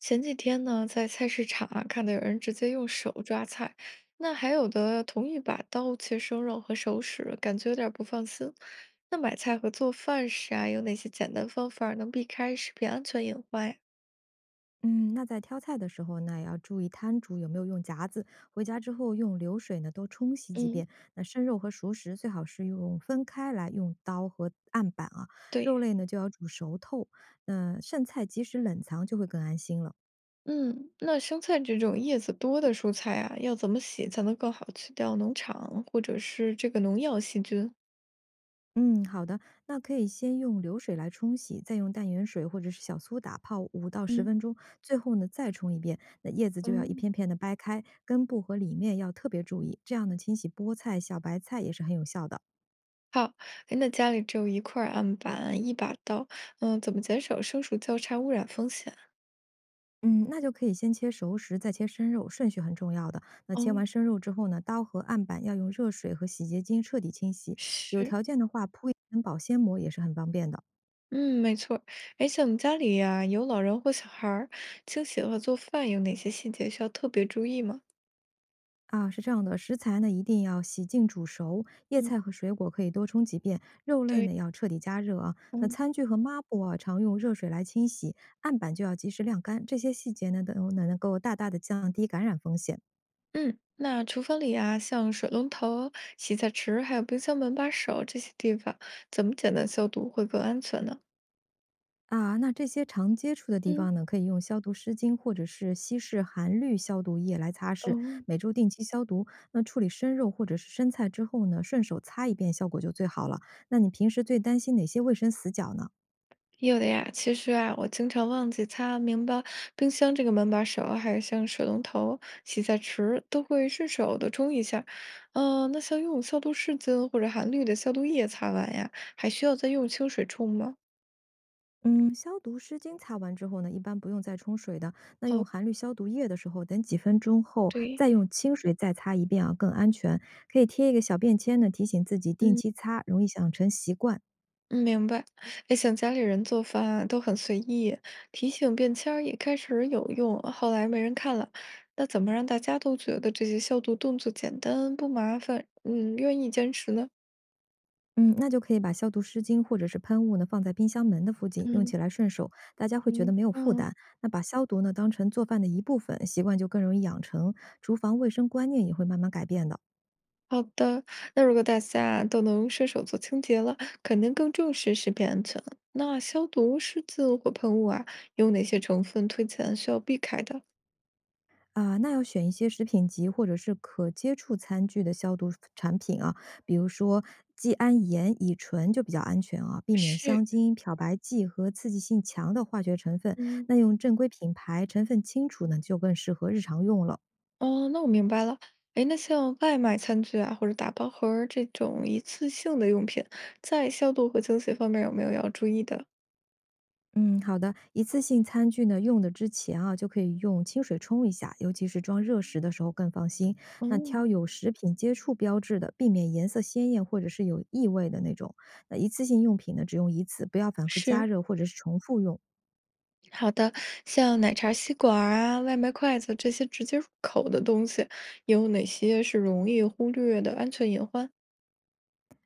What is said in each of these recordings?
前几天呢，在菜市场啊，看到有人直接用手抓菜，那还有的同意把刀切生肉和熟食，感觉有点儿不放心。那买菜和做饭时啊，有哪些简单方法能避开食品安全隐患呀？嗯，那在挑菜的时候呢，也要注意摊主有没有用夹子。回家之后用流水呢多冲洗几嗯，遍。那生肉和熟食最好是用分开来，用刀和案板啊。对，肉类呢就要煮熟透。那剩菜及时冷藏就会更安心了。嗯，那生菜这种叶子多的蔬菜啊，要怎么洗才能更好去掉农场或者是这个农药细菌？嗯，好的，那可以先用流水来冲洗，再用淡盐水或者是小苏打泡五到十嗯分钟，最后呢再冲一遍。那叶子就要一嗯，片片的掰开，根部和里面要特别注意，这样呢清洗菠菜、小白菜也是很有效的。好，哎，那家里只有一块儿案板，一把刀，嗯，怎么减少生熟交叉污染风险？嗯，那就可以先切熟食，再切生肉，顺序很重要的。那切哦，完生肉之后呢，刀和案板要用热水和洗洁精彻底清洗，有是，条件的话铺一层保鲜膜也是很方便的。嗯，没错儿。哎，像我们家里呀，有老人或小孩儿，清洗和做饭有哪些细节需要特别注意吗？啊，是这样的，食材呢一定要洗净煮熟，叶嗯，菜和水果可以多冲几遍，肉类对，呢要彻底加热啊。那嗯餐具和抹布啊，常用热水来清洗，案板就要及时晾干，这些细节呢都能够大大的降低感染风险。嗯，那厨房里啊，像水龙头、洗菜池，还有冰箱门把手这些地方，怎么简单消毒会更安全呢？啊，那这些常接触的地嗯，方呢，可以用消毒湿巾或者是稀释含氯消毒液来擦拭，哦，每周定期消毒。那处理生肉或者是生菜之后呢，顺手擦一遍，效果就最好了。那你平时最担心哪些卫生死角呢？有的呀，其实啊，我经常忘记擦明白冰箱这个门把手，还有像水龙头、洗菜池都会顺手的冲一下。嗯、那像用消毒湿巾或者含氯的消毒液擦完呀，还需要再用清水冲吗？嗯，消毒湿巾擦完之后呢，一般不用再冲水的。那用含氯消毒液的时候，等几分钟后对，再用清水再擦一遍啊，更安全。可以贴一个小便签呢，提醒自己定嗯，期擦，容易养成习惯。嗯明白。哎，像家里人做饭啊都很随意，提醒便签儿也开始有用，后来没人看了。那怎么让大家都觉得这些消毒动作简单不麻烦，嗯，愿意坚持呢？嗯，那就可以把消毒湿巾或者是喷雾呢放在冰箱门的附近，用嗯起来顺手，大家会觉得嗯没有负担。嗯。那把消毒呢当成做饭的一部分，习惯就更容易养成，厨房卫生观念也会慢慢改变的。好的，那如果大家都能顺手做清洁了，肯定更重视食品安全。那消毒湿巾或喷雾啊，有哪些成分推荐需要避开的？啊、那要选一些食品级或者是可接触餐具的消毒产品啊，比如说季铵盐、乙醇就比较安全啊，避免是，香精、漂白剂和刺激性强的化学成分。嗯，那用正规品牌、成分清楚呢，就更适合日常用了。哦，那我明白了。哎，那像外卖餐具啊，或者打包盒儿这种一次性的用品，在消毒和清洗方面有没有要注意的？嗯，好的。一次性餐具呢，用的之前啊，就可以用清水冲一下，尤其是装热食的时候更放心。那嗯，挑有食品接触标志的，避免颜色鲜艳或者是有异味的那种。那一次性用品呢，只用一次，不要反复加是，热或者是重复用。好的。像奶茶吸管儿啊、外卖筷子这些直接入口的东西，有哪些是容易忽略的安全隐患？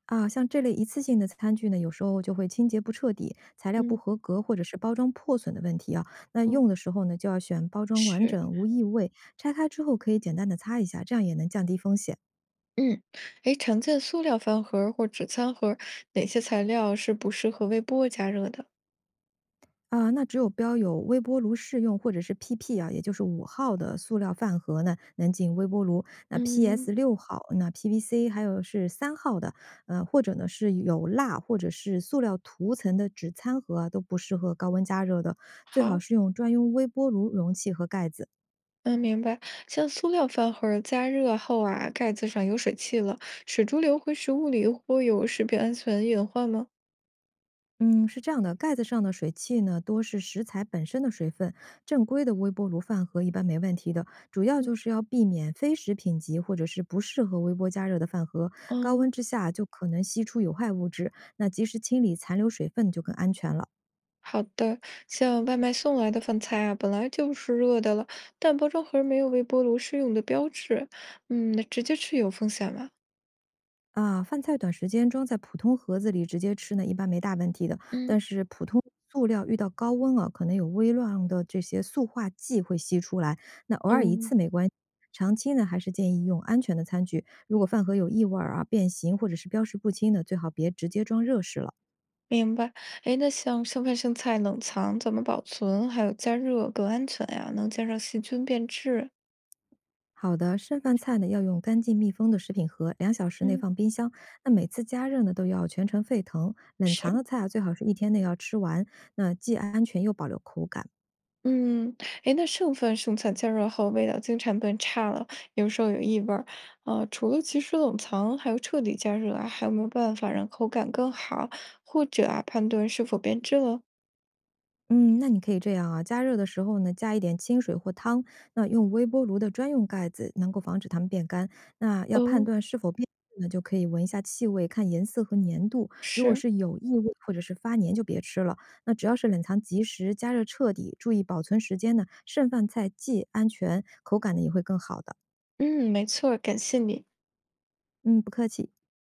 啊，像这类一次性的餐具呢，有时候就会清洁不彻底、材料不嗯合格或者是包装破损的问题啊。那嗯，用的时候呢，就要选包装完是，整、无异味，拆开之后可以简单的擦一下，这样也能降低风险。嗯，哎，常见塑料饭盒儿或纸餐盒儿，哪些材料是不适合微波加热的？啊，那只有标有微波炉适用或者是 PP 啊，也就是5号的塑料饭盒呢，能进微波炉。那 PS 嗯，6号，那 PVC 还有是3号的，或者呢是有蜡或者是塑料涂层的纸餐盒啊，都不适合高温加热的，最好好，是用专用微波炉容器和盖子。嗯，明白。像塑料饭盒儿加热后啊，盖子上有水汽了，水珠流回食物里会有食品安全隐患吗？嗯，是这样的，盖子上的水汽呢，多是食材本身的水分，正规的微波炉饭盒一般没问题的，主要就嗯是要避免非食品级或者是不适合微波加热的饭盒，高温嗯，之下就可能吸出有害物质，那及时清理残留水分就更安全了。好的。像外卖送来的饭菜啊，本来就是热的了，但包装盒儿没有微波炉适用的标志，嗯，那直接吃有风险吗？啊，饭菜短时间装在普通盒子里直接吃呢，一般没大问题的。嗯。但是普通塑料遇到高温啊，可能有微量的这些塑化剂会析出来。那偶尔一哦，次没关系，长期呢还是建议用安全的餐具。如果饭盒有异味儿啊、变形或者是标识不清的，最好别直接装热食了。明白。哎，那像剩饭剩菜冷藏怎么保存，还有加热更安全呀？能减少细菌变质。好的，剩饭菜呢要用干净密封的食品盒，2小时内嗯，放冰箱。那每次加热呢都要全程沸腾。冷藏是，的菜啊，最好是1天内要吃完，那既安全又保留口感。嗯，哎，那剩饭剩菜加热后味道经常变差了，有时候有异味儿。除了及时冷藏，还有彻底加热啊，还有没有办法让口感更好，或者啊判断是否变质了？嗯，那你可以这样啊，加热的时候呢，加一点清水或汤，那用微波炉的专用盖子，能够防止它们变干。那要判哦，断是否变质呢，就可以闻一下气味，看颜色和粘度。如果是，是有异味或者是发粘，就别吃了。那只要是冷藏及时、加热彻底，注意保存时间呢，剩饭菜既安全，口感呢也会更好的。嗯，没错儿，感谢你。嗯，不客气。